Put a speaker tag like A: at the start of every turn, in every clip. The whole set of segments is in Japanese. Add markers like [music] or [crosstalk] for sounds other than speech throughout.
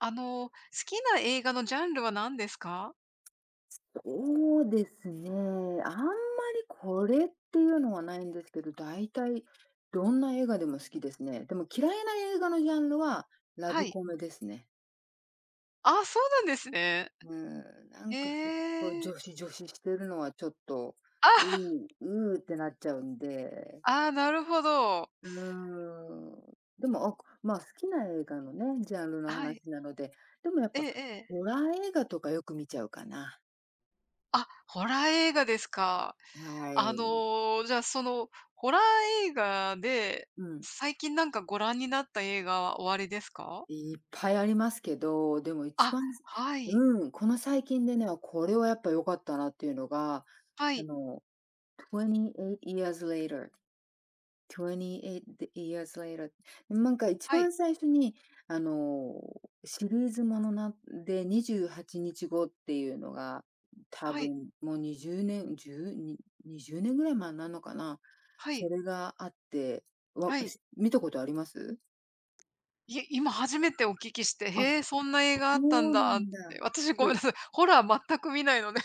A: あの、好きな映画のジャンルは何ですか？
B: そうですね。あんまりこれっていうのはないんですけど、大体どんな映画でも好きですね。でも嫌いな映画のジャンルはラ
A: は
B: ブ
A: い。
B: コメですね。
A: あ、そうなんですね。
B: うん、な
A: へ
B: んかすっごい
A: え。
B: 女子女子してるのはちょっと、
A: あ
B: う
A: [laughs]
B: ー、うーってなっちゃうんで、
A: あー、なるほど。
B: うーん。でも、あ、まあ好きな映画のね、ジャンルの
A: はい。
B: 話なので、でもやっ
A: え
B: ぱ
A: えええ。
B: ホラー映画とかよく見ちゃうかな。
A: あ、ホラー映画ですか。
B: は
A: あ
B: い。
A: の、じゃあ、その、ホラー映画で、
B: うん。
A: 最近なんかご覧になった映画はおありですか？
B: いっぱいありますけど、でも一
A: あ、
B: 番
A: はい。
B: うん、この最近でね、あ、これはやっぱ良かったなっていうのが、
A: は
B: あ
A: い。
B: の、28 years later、28 years later。なんか一
A: はい。
B: 番最初に、あの、シリーズものなで、28日後っていうのが、多
A: はい。
B: 分もう20年、10、じゅうに2年ぐらい前になるのかな。
A: は
B: そ
A: い。
B: れがあって、わ
A: はい。
B: し見たことあります？
A: いえ、今初めてお聞きして、
B: あ、そ
A: へえ、そんな映画あったん
B: うな
A: だっ
B: ん
A: て。
B: だ。
A: 私ごめ
B: そ
A: んな
B: う。
A: さい、ホラー全く見ないので。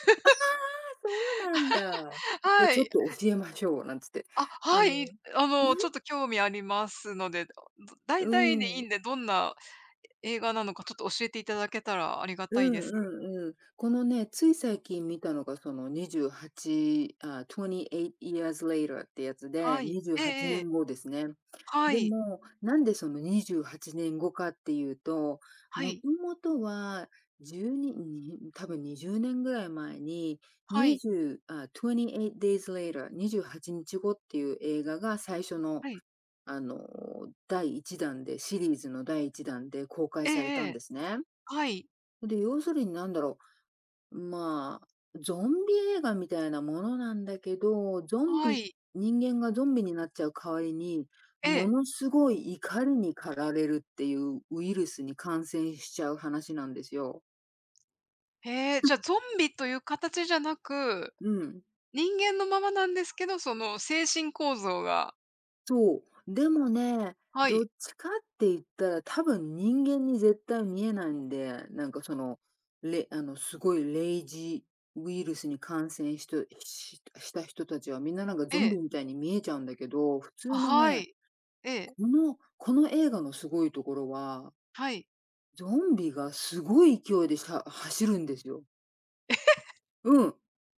B: そうなんだ。で、
A: は
B: ちょっ
A: い。
B: と教えましょうなんつって。
A: あ、
B: あ
A: は
B: の
A: い。あ
B: う
A: の、ちょっ
B: ん。
A: と興味ありますので、ど大
B: う
A: 体でいいん
B: ん
A: で、どんな映画なのかちょっと教えていただけたらありが
B: う
A: たいです。
B: んうん。このね、つい最近見たのがその28あ、28 years later ってやつで、
A: はい。
B: 28
A: ええ
B: 年
A: ええ。
B: 後ですね。
A: は
B: で
A: い。
B: も、なんでその28年後かっていうと、
A: は
B: も
A: い。
B: ともとは12にに多分20年ぐらい前に、
A: はい。
B: 20あ、28 days later、28日後っていう映画が最初の
A: はい。
B: あの、第1弾で、シリーズの第一弾で公開
A: ええ
B: され
A: え
B: たんで
A: え。
B: すね。
A: はい。
B: で、要するにまあ、ゾンビ映画みたいなものなんだけど、ゾン
A: は
B: ビ
A: い。
B: 人間がゾンビになっちゃう代わりに、
A: え
B: も
A: え。
B: のすごい怒りに駆られるっていうウイルスに感染しちゃう話なんですよ。
A: へえ、じゃ、ゾンビという形じゃなく、
B: うん。
A: 人間のままなんですけど、その精神構造が
B: そう、でもね、
A: は
B: どっ
A: い。
B: ちかって言ったら、多分人間に絶対見えないんで、なんかその、れあの、すごいレイジウイルスに感染しとしした人たちはみんななんか
A: え
B: ゾンビ
A: え。
B: みたいに見えちゃうんだけど、普
A: あ、
B: 通の
A: は
B: ね、
A: い。え
B: こ
A: え、
B: のこの映画のすごいところは、
A: はい。
B: ゾンビがすごい勢いで走るんですよ。うん。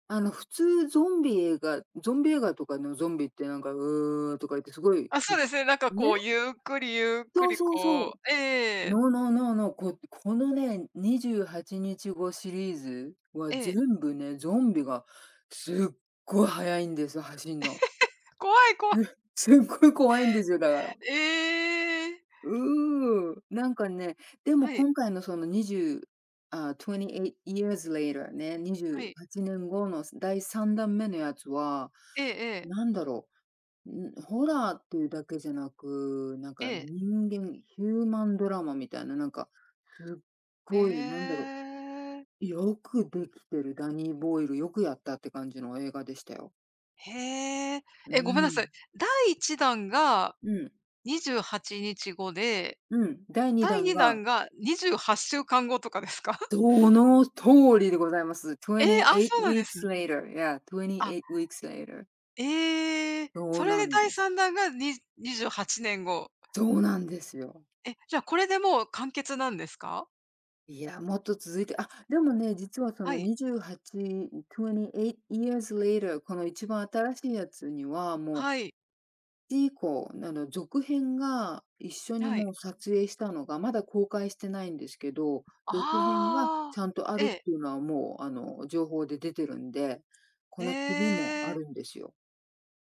B: 普通ゾンビ映画とかのゾンビってなんか「うー」とか言ってすごい、
A: あ、そうですね、なんか
B: ね、
A: こうゆっくりゆっく
B: そう
A: り
B: そうそ
A: こ
B: う。
A: うええええ。
B: ノーノーノーノー、ここのね、28日後シリーズは
A: え
B: 全
A: え。
B: 部ね、ゾンビがすっごい速いんですよ、走んの。
A: 怖い怖い。
B: すっごい怖いんですよ、だから。
A: ええ。
B: うーん。なんかね、でも
A: はい、
B: 今回のその20あ、28 years later ね、28
A: はい。
B: 年後の第3弾目のやつは、
A: ええええ、
B: なんだろう、ん、ホラーっていうだけじゃなく、なん
A: え
B: か
A: え。
B: ヒューマンドラマみたいな、なんか、すっごい、
A: へえ。
B: よくできてる、ダニー・ボイル、よくやったって感じの映画でしたよ。
A: へえ。
B: う
A: え、ごめんなさ
B: ん。
A: い。第1弾が
B: うん。
A: 28日後で、
B: うん。第2
A: 第
B: 弾
A: 2
B: が、
A: 弾が28週間後とかですか？[laughs]
B: その通りでございます。
A: ええ、あ、そ
B: 28
A: うなんです
B: weeks
A: ね。
B: later. Yeah,
A: あ、
B: 2 weeks later.
A: ええ。
B: そう
A: それ
B: な
A: で
B: ん
A: 第
B: です。
A: 3弾がに28年後。
B: そうなんですよ。
A: え、じゃあこれでもう完結なんですか？
B: いや、もっと続いて、あ、でもね、実はそ
A: は
B: の
A: い、
B: 28、28 years later、この一番新しいやつにはもう
A: はい、
B: 以降、続編が一緒に
A: は
B: も
A: い。
B: う撮影したのが、まだ公開してないんですけど、続編が
A: あ
B: ち
A: あ。
B: ゃんとあ
A: え
B: るっ
A: え、
B: ていうのはもう、情報で出てるんで、こ
A: へ
B: の次もあ
A: え。
B: るんですよ。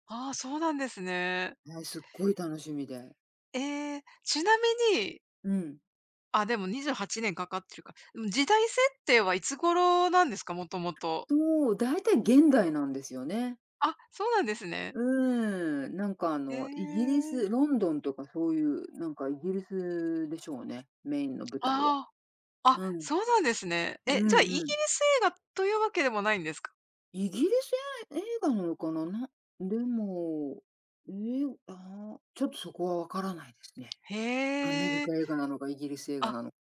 A: ああ、そうなんですね。
B: はい、すっごい楽しみで。
A: ええ、ちなみに、
B: うん。
A: あ、でも28年かかってるか。でも時代設定はいつ頃なんですか？もともと。
B: と、大体現代なんですよね。
A: あ、そうなんですね。へ
B: イギリス、
A: え。
B: ロンドンとかそういう、なんかイギリスでしょうね、メインの舞台は。
A: ああ、あ、
B: うん。
A: そうなんですね。
B: う
A: え、
B: ん
A: じゃあ、イギリ
B: うん。
A: ス映画というわけでもないんですか？
B: イギリス映画なのかな、なでも、えーあーちょっとそこはわからないですね。アメリ
A: へえ。
B: カ映画なのかイギリス映画
A: あ、
B: なのか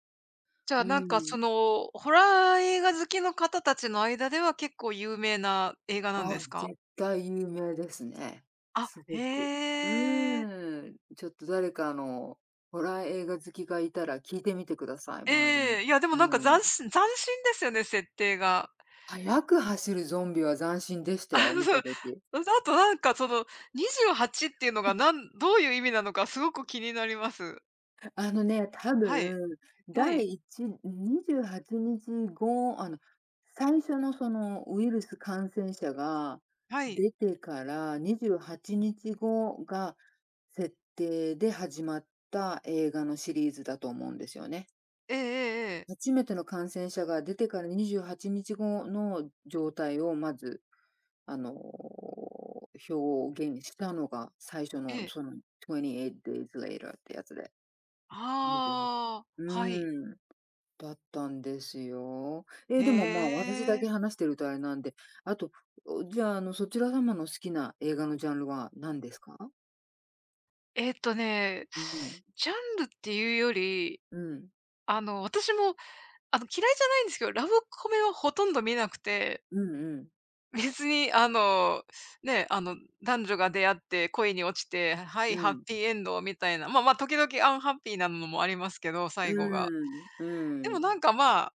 A: じゃあ、
B: う
A: なんか、
B: ん。
A: その、ホラー映画好きの方たちの間では結構有名な映画なんで
B: あ
A: すか？
B: 絶対有名ですね。
A: あ、
B: すごく。
A: へえ。
B: うーん、ちょっと誰かホラー映画好きがいたら聞いてみてください、周りに。
A: ええ、いや、でもなんか
B: うん。
A: 斬新斬新ですよね、設定が。[laughs]
B: 速く走るゾンビは斬新でした
A: あ、
B: よ、見
A: そ
B: た
A: う。
B: 時。
A: [laughs] あとなんかその28っていうのがどういう意味なのかすごく気になります。
B: あのね、多
A: はい。
B: 分、
A: はい。
B: 第128日後、最初のそのウイルス感染者が
A: はい。
B: 出てから28日後が設定で始まった映画のシリーズだと思うんですよね。
A: ええええええ。
B: 初めての感染者が出てから28日後の状態をまず、あの、表現したのが最初
A: え
B: の
A: え。
B: その28 days later ってやつで。28うはち
A: ああ、はい。
B: うん。だったんですよ。え、でも、まあ、
A: へ
B: 私だ
A: え。
B: け話してるとあれなんで、あと、じゃあ、そちら様の好きな映画のジャンルは何ですか？
A: えっとね、
B: うん、
A: ジャンルっていうより、
B: うん、
A: あの、私もあの、嫌いじゃないんですけど、ラブコメはほとんど見なくて、
B: うんうん、
A: 別にあの、ね、あの、男女が出会って恋に落ちて、は
B: う
A: い、ハッ
B: ん、
A: ピーエンドみたいな、まあまあ、時々アンハッピーなのもありますけど、最後
B: う
A: が。
B: ん、
A: で
B: う
A: もな
B: ん。
A: んか、まあ、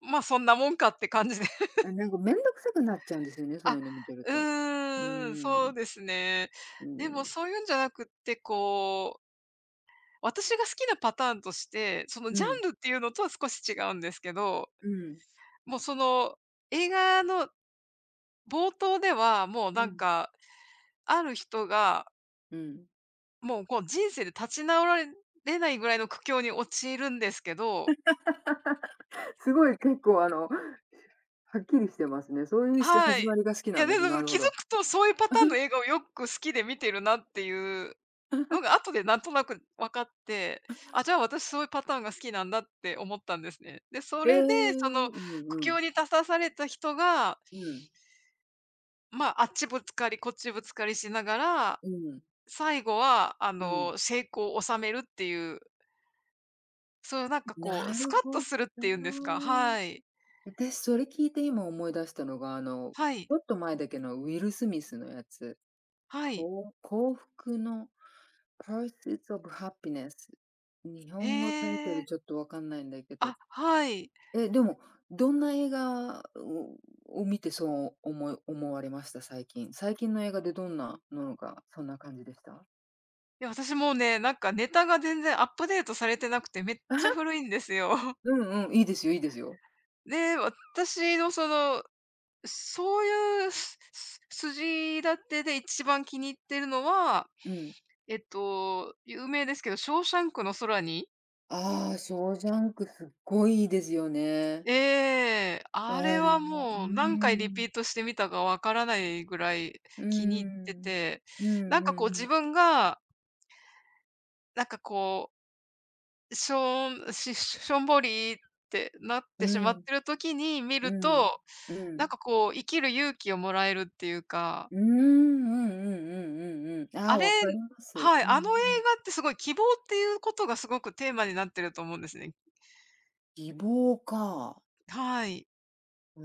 A: まあ、そんなもんかって感じで。
B: あ、なんかめんどくさくなっちゃうんですよね、そう
A: あ、
B: いうの見てる
A: う
B: と。う
A: ーん、そ
B: ん、
A: うですね。
B: う
A: でも
B: ん、
A: そういうんじゃなくって、こう、私が好きなパターンとして、その
B: う
A: ジャ
B: ん、
A: ンルっていうのとは少し違うんですけど、
B: うん、
A: もうその映画の冒頭では、もう
B: う
A: なん
B: ん、
A: か、ある人が
B: うん。
A: もう、こう、人生で立ち直られないぐらいの苦境に陥るんですけど、
B: [laughs] すごい結構、はっきりしてますね。そういう
A: は
B: 始
A: い。
B: まりが好き
A: い
B: な
A: や、
B: んで
A: で
B: す。な
A: も、
B: るほ
A: 気づ
B: ど。
A: くとそういうパターンの
B: [laughs]
A: 映画をよく好きで見てるなっていうのが後でなんとなく分かって、あ、じゃあ私そういうパターンが好きなんだって思ったんですね。で、そ
B: ええ、う
A: れで、その苦
B: んうん、
A: 境に立たされた人が、
B: うん。
A: まあ、あっちぶつかりこっちぶつかりしながら、
B: うん、
A: 最後は、あ
B: うん。
A: の、成功を収めるっていう、そういうなんかこう
B: な
A: ス
B: る
A: カッ
B: ほ
A: と
B: ど。
A: するっていうんですか、はい。
B: 私それ聞いて今思い出したのが、
A: は
B: ち
A: い。
B: ょっと前だけのウィル・スミスのやつ、
A: はい。
B: こう幸福の Pursuits of Happiness。日
A: へ
B: 本語タイトル
A: え。
B: ちょっとわかんないんだけど。
A: あ、はい。い
B: え、でも、どんな映画を見てそう思われました？最近。最近の映画でどんなのが、そんな感じでした？
A: や、私もうね、なんかネタが全然アップデートされてなくて、めっ
B: [laughs] あは
A: ちゃ古いんですよ。[laughs]
B: うんうん、いいですよいいですよ。
A: で、私のその、そういう筋立てで一番気に入ってるのは、
B: うん。
A: えっと、有名ですけど、ショーシャンクの空に、
B: ああ、ショーシャンクすっごいいいですよね。
A: ええ、
B: あ
A: あれ
B: れ
A: は
B: は、うー
A: もう何回リピ
B: ん、
A: ートしてみたかわからないぐらい
B: うー
A: 気に入って
B: ん。
A: て、
B: うんう
A: なん
B: ん
A: か
B: う
A: こう
B: ん。
A: 自分が、なんかこうしょんししょんぼりってなっ
B: う
A: てしまっ
B: ん、
A: てる時に見
B: う
A: る
B: ん、
A: と、
B: う
A: なん
B: ん。
A: かこう生きる勇気をもらえるっていうか、
B: うーん、うんうんうんうんうん。あ
A: あ
B: あ、
A: れ、
B: 分かります。
A: はい、
B: うんう
A: あの映画
B: ん。
A: ってすごい希望っていうことがすごくテーマになってると思うんですね。
B: 希望か。
A: はい。
B: うー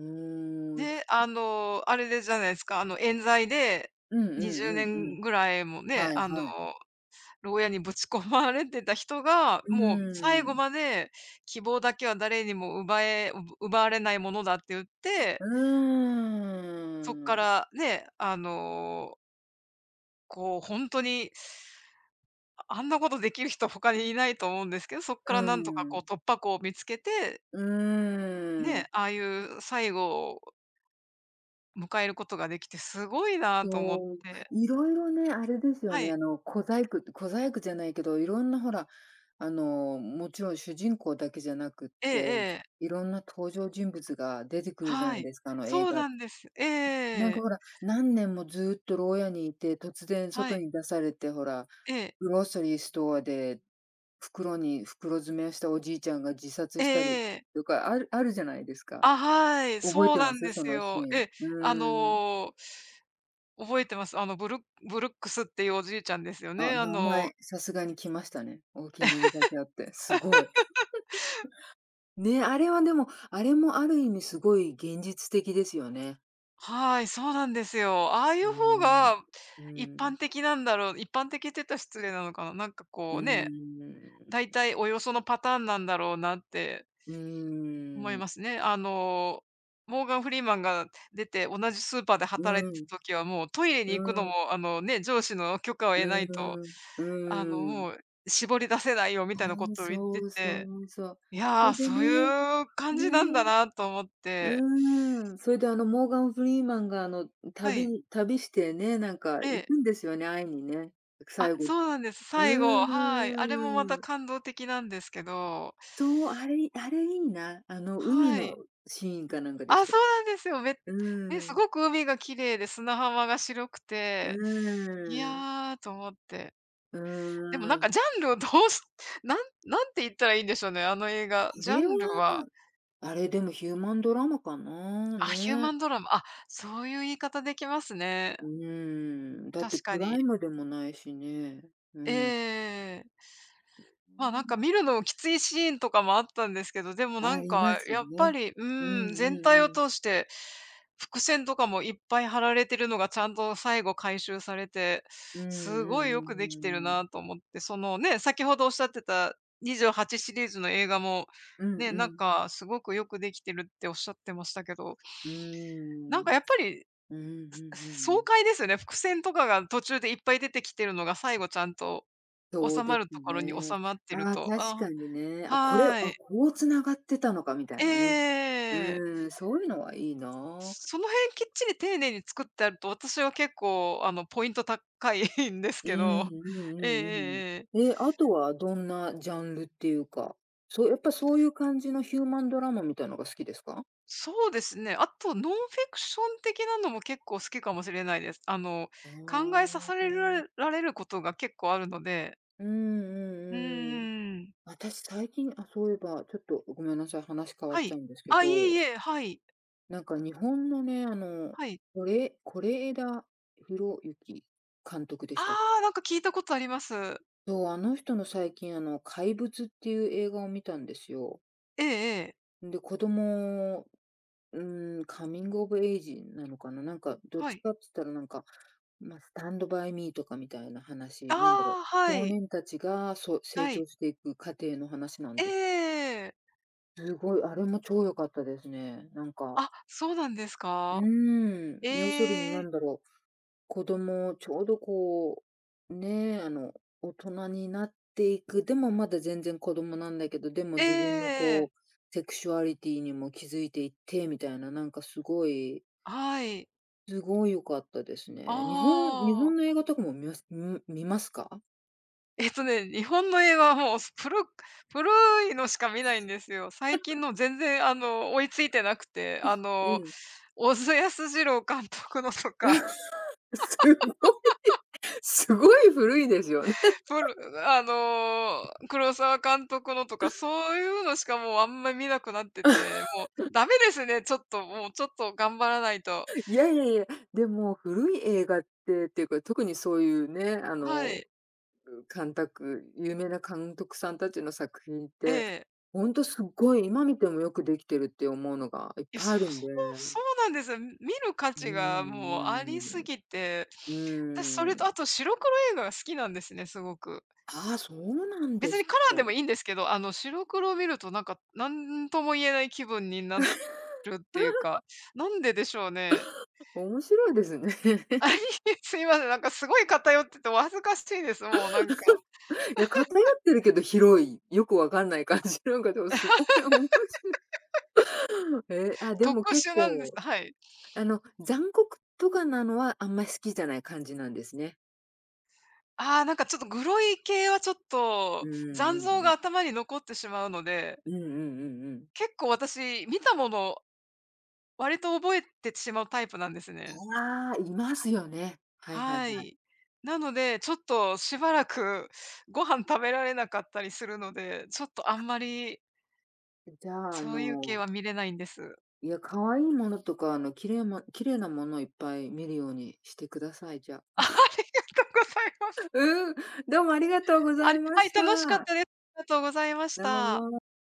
B: ん。
A: で、あの、あれでじゃないですか、あの、冤罪で
B: うんうん
A: 20
B: うんうんうん
A: 年ぐらいも
B: ああか
A: ね、
B: りま
A: あ
B: す
A: の、
B: うんうん希望かうーんうんうんうんうんはいはい。
A: 牢屋にぶち込まれてた人が、
B: う
A: もう最
B: ー
A: 後
B: ん。
A: まで希望だけは誰にも奪え奪われないものだって言っ
B: う
A: てそっ
B: ー
A: か
B: ん。
A: らね、あの、こう本当に、あんなことできる人他にいないと思うんですけど、そっ
B: う
A: からなんとか
B: ー
A: こ
B: ん。
A: う突破口を見つけて、
B: うーん。
A: ね、ああいう最後を迎えることができてすごいなと思っ
B: そう、
A: て。
B: いろいろね、あれですよ
A: は
B: ね、
A: い。
B: 小細工じゃないけど、いろんなほら、もちろん主人公だけじゃなくっ
A: ええ
B: て、
A: ええ。
B: いろんな登場人物が出てくるじゃな
A: は
B: い
A: い。
B: ですか、あの映
A: そう
B: 画。
A: なんです。
B: なん
A: ええ
B: かほら、何年もずっと牢屋にいて、突然
A: は
B: 外
A: い。
B: に出されて、ほら、
A: ええ。
B: グロッソリーストアで袋に袋詰めをしたおじいちゃんが自殺
A: え
B: したり
A: えええ
B: とか、あるあるじゃないですか。
A: あ、はい、
B: 覚え
A: そう
B: て
A: な
B: ま
A: ん
B: す？
A: で
B: そ
A: す
B: のシー
A: よ。
B: ン。
A: え、あ
B: うーん。
A: の、覚えてます。あのブルックスっていうおじいちゃんですよ
B: あ、
A: ね。あ
B: 名
A: の、
B: 前、さすがに来ましたね。お気に入りだけあって、すごい。ね、あれはでも、あれもある意味すごい現実的ですよね。
A: はい、そうなんですよ。ああい
B: うー
A: う方
B: ん。
A: が
B: うー
A: 一
B: ん。
A: 般的なんだろう一般的って言ったら失礼なのかな。なんか
B: うー
A: こうね、
B: ん。
A: 大体およそのパターンなんだろうなって
B: う
A: 思
B: ー
A: い
B: ん。
A: ますね。あの、モーガン・フリーマンが出て、同じスーパーで働い
B: う
A: て
B: ん。
A: た時は、もうトイレに行く
B: う
A: のも、
B: ん。
A: あのね、上司の許可を
B: う
A: 得ないと、
B: ーん。う
A: あの、
B: ー
A: も
B: ん。
A: う絞り出せないよみたいなことを言っ
B: そ
A: て
B: うそ
A: て、
B: うそう。
A: いや
B: ほ
A: ー、
B: いで
A: そう
B: ね、
A: いう感じなんだ
B: ね、
A: なと思って。
B: うーん。それでモーガン・フリーマンが
A: は
B: 旅
A: い。
B: に旅してね、なんか
A: え
B: 行
A: え、
B: くんですよね、会いにね。
A: あ、
B: 最後
A: そうなんです。
B: う
A: 最後、はい。あれもまた
B: ーん。
A: 感動的なんですけど、
B: と、あれいいな。海
A: はい。
B: のシーンかなんかでし
A: あ、
B: たよ
A: そうなんですよ。め、
B: う
A: ね、す
B: ーん。
A: ごく海が綺麗で砂浜が白くて、
B: う
A: い
B: ーん。
A: や、ーと思って。
B: う
A: でも
B: ー
A: なん
B: ん。
A: かジャンルをどうし [laughs] なんなんて言ったらいいんでしょうね、あの映画。
B: あ
A: ジャ
B: れは、
A: ンルは、
B: あれでもヒューマンドラマかな、
A: あ、ヒュー
B: ね。
A: マンドラマ、あ、そういう言い方できますね。
B: うーん。だって
A: 確
B: ク
A: か
B: ラ
A: に。
B: イムでもないしね。う
A: えー
B: ん。
A: ええ。まあ、なんか
B: ん。
A: 見るのきついシーンとかもあったんですけど、でもな
B: あ
A: ん
B: り
A: か
B: ますよ
A: やっぱ
B: ね。
A: り、う
B: うんう
A: ん、全
B: ん
A: 体を
B: うん。
A: 通して、伏線とかもいっぱい張られてるのがちゃんと最後回収されて、
B: うんうん
A: すごいよ
B: うん
A: くでき
B: う
A: てる
B: んうん。
A: なと思って、そのね、先ほどおっしゃってた28シリーズの映画も、
B: うんう
A: ね、なん
B: ん。
A: かすごくよくできてるっておっしゃってましたけど、
B: うーん。
A: な
B: う
A: ん
B: ん
A: かやっぱり
B: うんうんうんうんうんうんうんう
A: 爽
B: ん
A: 快ですよね。伏線とかが途中でいっぱい出てきてるのが最後ちゃんと
B: そう
A: 収
B: で
A: ま
B: す
A: るところに
B: ね。
A: 収まってる
B: ああ、
A: と。
B: 確
A: あ、
B: かにね。あ、これ、
A: はー
B: あ、
A: い。
B: こう繋がってたのかみたいなね。
A: ええ。
B: うん、そういうのはいいな。
A: その辺きっちり丁寧に作ってあると、私は結構あのポイント高いんです
B: う
A: け
B: んう
A: ど。[laughs] ええええ
B: んうん
A: え
B: うん。
A: え。
B: え、あとはどんなジャンルっていうか、そうやっぱそういう感じのヒューマンドラマみたいのが好きですか？
A: そうですね、あとノンフィクション的なのも結構好きかもしれないです。あの、
B: あ
A: 考えさされ
B: あ。
A: るられることが結構あるので。
B: うんう
A: う
B: んうん。
A: んん
B: 私最近、あ、そういえばちょっとごめんなさい、話変わ
A: は
B: っちゃ
A: い。
B: うんですけ
A: あ、いえい
B: ど、
A: え、はい、
B: なんか日本のね、
A: はい。
B: 是枝裕和監督で
A: あ
B: したっ
A: あ、なんか聞いたことあります。
B: そう、あの人の最近、怪物っていう映画を見たんですよ。
A: ええええ。
B: で、子供、うん、カミングオブエイジなのかななんか、どっ
A: は
B: ち
A: い。
B: かって言ったらなんか、まあ、スタンドバイミーとかみたいな
A: あ
B: 話、なんだろう。
A: あ、は
B: 少
A: い、
B: 年たちがそう成
A: は
B: 長
A: い。
B: していく過程の話なん
A: え
B: です。
A: ええ。
B: すごい、あれも超良かったですね。なんか、
A: あ、そうなんです
B: う
A: か？
B: ん、要するに
A: え
B: な
A: え、
B: んだろう。子供、ちょうどこう、ねえ、大人になっていく、でもまだ全然子供なんだけど、でも
A: え
B: 自分の
A: え。
B: こう、セクシュアリティにも気づいていってみたいな、なんかすごい、
A: はい。
B: すごい良かったですね。日本日
A: あ
B: 本
A: あ。
B: の
A: [laughs]
B: 映画とかも見ますか？
A: えっとね、日本の映画はもう古いのしか見ないんですよ。最近の全然あの、追いついてなくて、あ
B: う
A: の、
B: ん。
A: 小津安二郎監督のとか、
B: [laughs] すごいすごい古いですよね。
A: [laughs] プロあの、黒澤監督のとか、そういうのしかもうあんま見なくなってて、もうダメですね、ちょっと、もうちょっと頑張らないと。
B: [laughs] いやいやいや、でも古い映画ってっていうか、特にそういうね、
A: はい。
B: 有名な監督さんたちの作品っ
A: え
B: て、
A: え。
B: ほんとすっごい今見てもよくできてるって思うのがいっ
A: いや、
B: ぱい
A: そ
B: あ
A: う、
B: る
A: [laughs]
B: ん
A: そ
B: で。
A: うそうなんですよ。見る価
B: う
A: 値がもうあ
B: ん
A: りすぎて、
B: う
A: 私そ
B: ん。うー
A: れとあ
B: ん。
A: と白黒映画が好きなんですね、すごく。
B: ああ、そうなんで
A: 別
B: す
A: にカラーでも
B: か。
A: いいんですけど、あの白黒を見るとなんか、何とも言えない気分になるっていうか、なんででしょうね。[laughs]
B: 面白いですね。
A: あ、いえ、すいません、なんかすごい偏っててお恥ずかしいです、もうなんか。
B: いや、偏ってるけど広い、よくわかんない感じなんかでもすごい面白い。え、あ、で
A: 特
B: も結
A: 殊なんです。
B: 構、
A: はい。
B: 残酷とかなのはあんまり好きじゃない感じなんですね。
A: ああ、なんかちょっとグロい系はちょっ
B: うん
A: と、
B: うん
A: 残像
B: う
A: が
B: ん。
A: 頭に残ってしまうので、
B: うんうんうんうん。
A: 結構私見たもの割と覚えてしまうタイプなんですね。
B: ああ、いますよね。はいはい
A: は
B: はい。
A: い。なので、ちょっとしばらくご飯食べられなかったりするので、ちょっとあんまり
B: じゃあ、
A: そういう系は見れないんです。
B: いや、可愛いものとか、綺麗なものをいっぱい見るようにしてください、じゃ
A: [laughs]
B: あ。
A: ありがとうございます。
B: うん、どうもありがとうござ
A: あ
B: い
A: れ
B: ま
A: はい、
B: し
A: 楽しかっ
B: た。
A: たです。ありがとうございまし
B: どう
A: た。
B: も。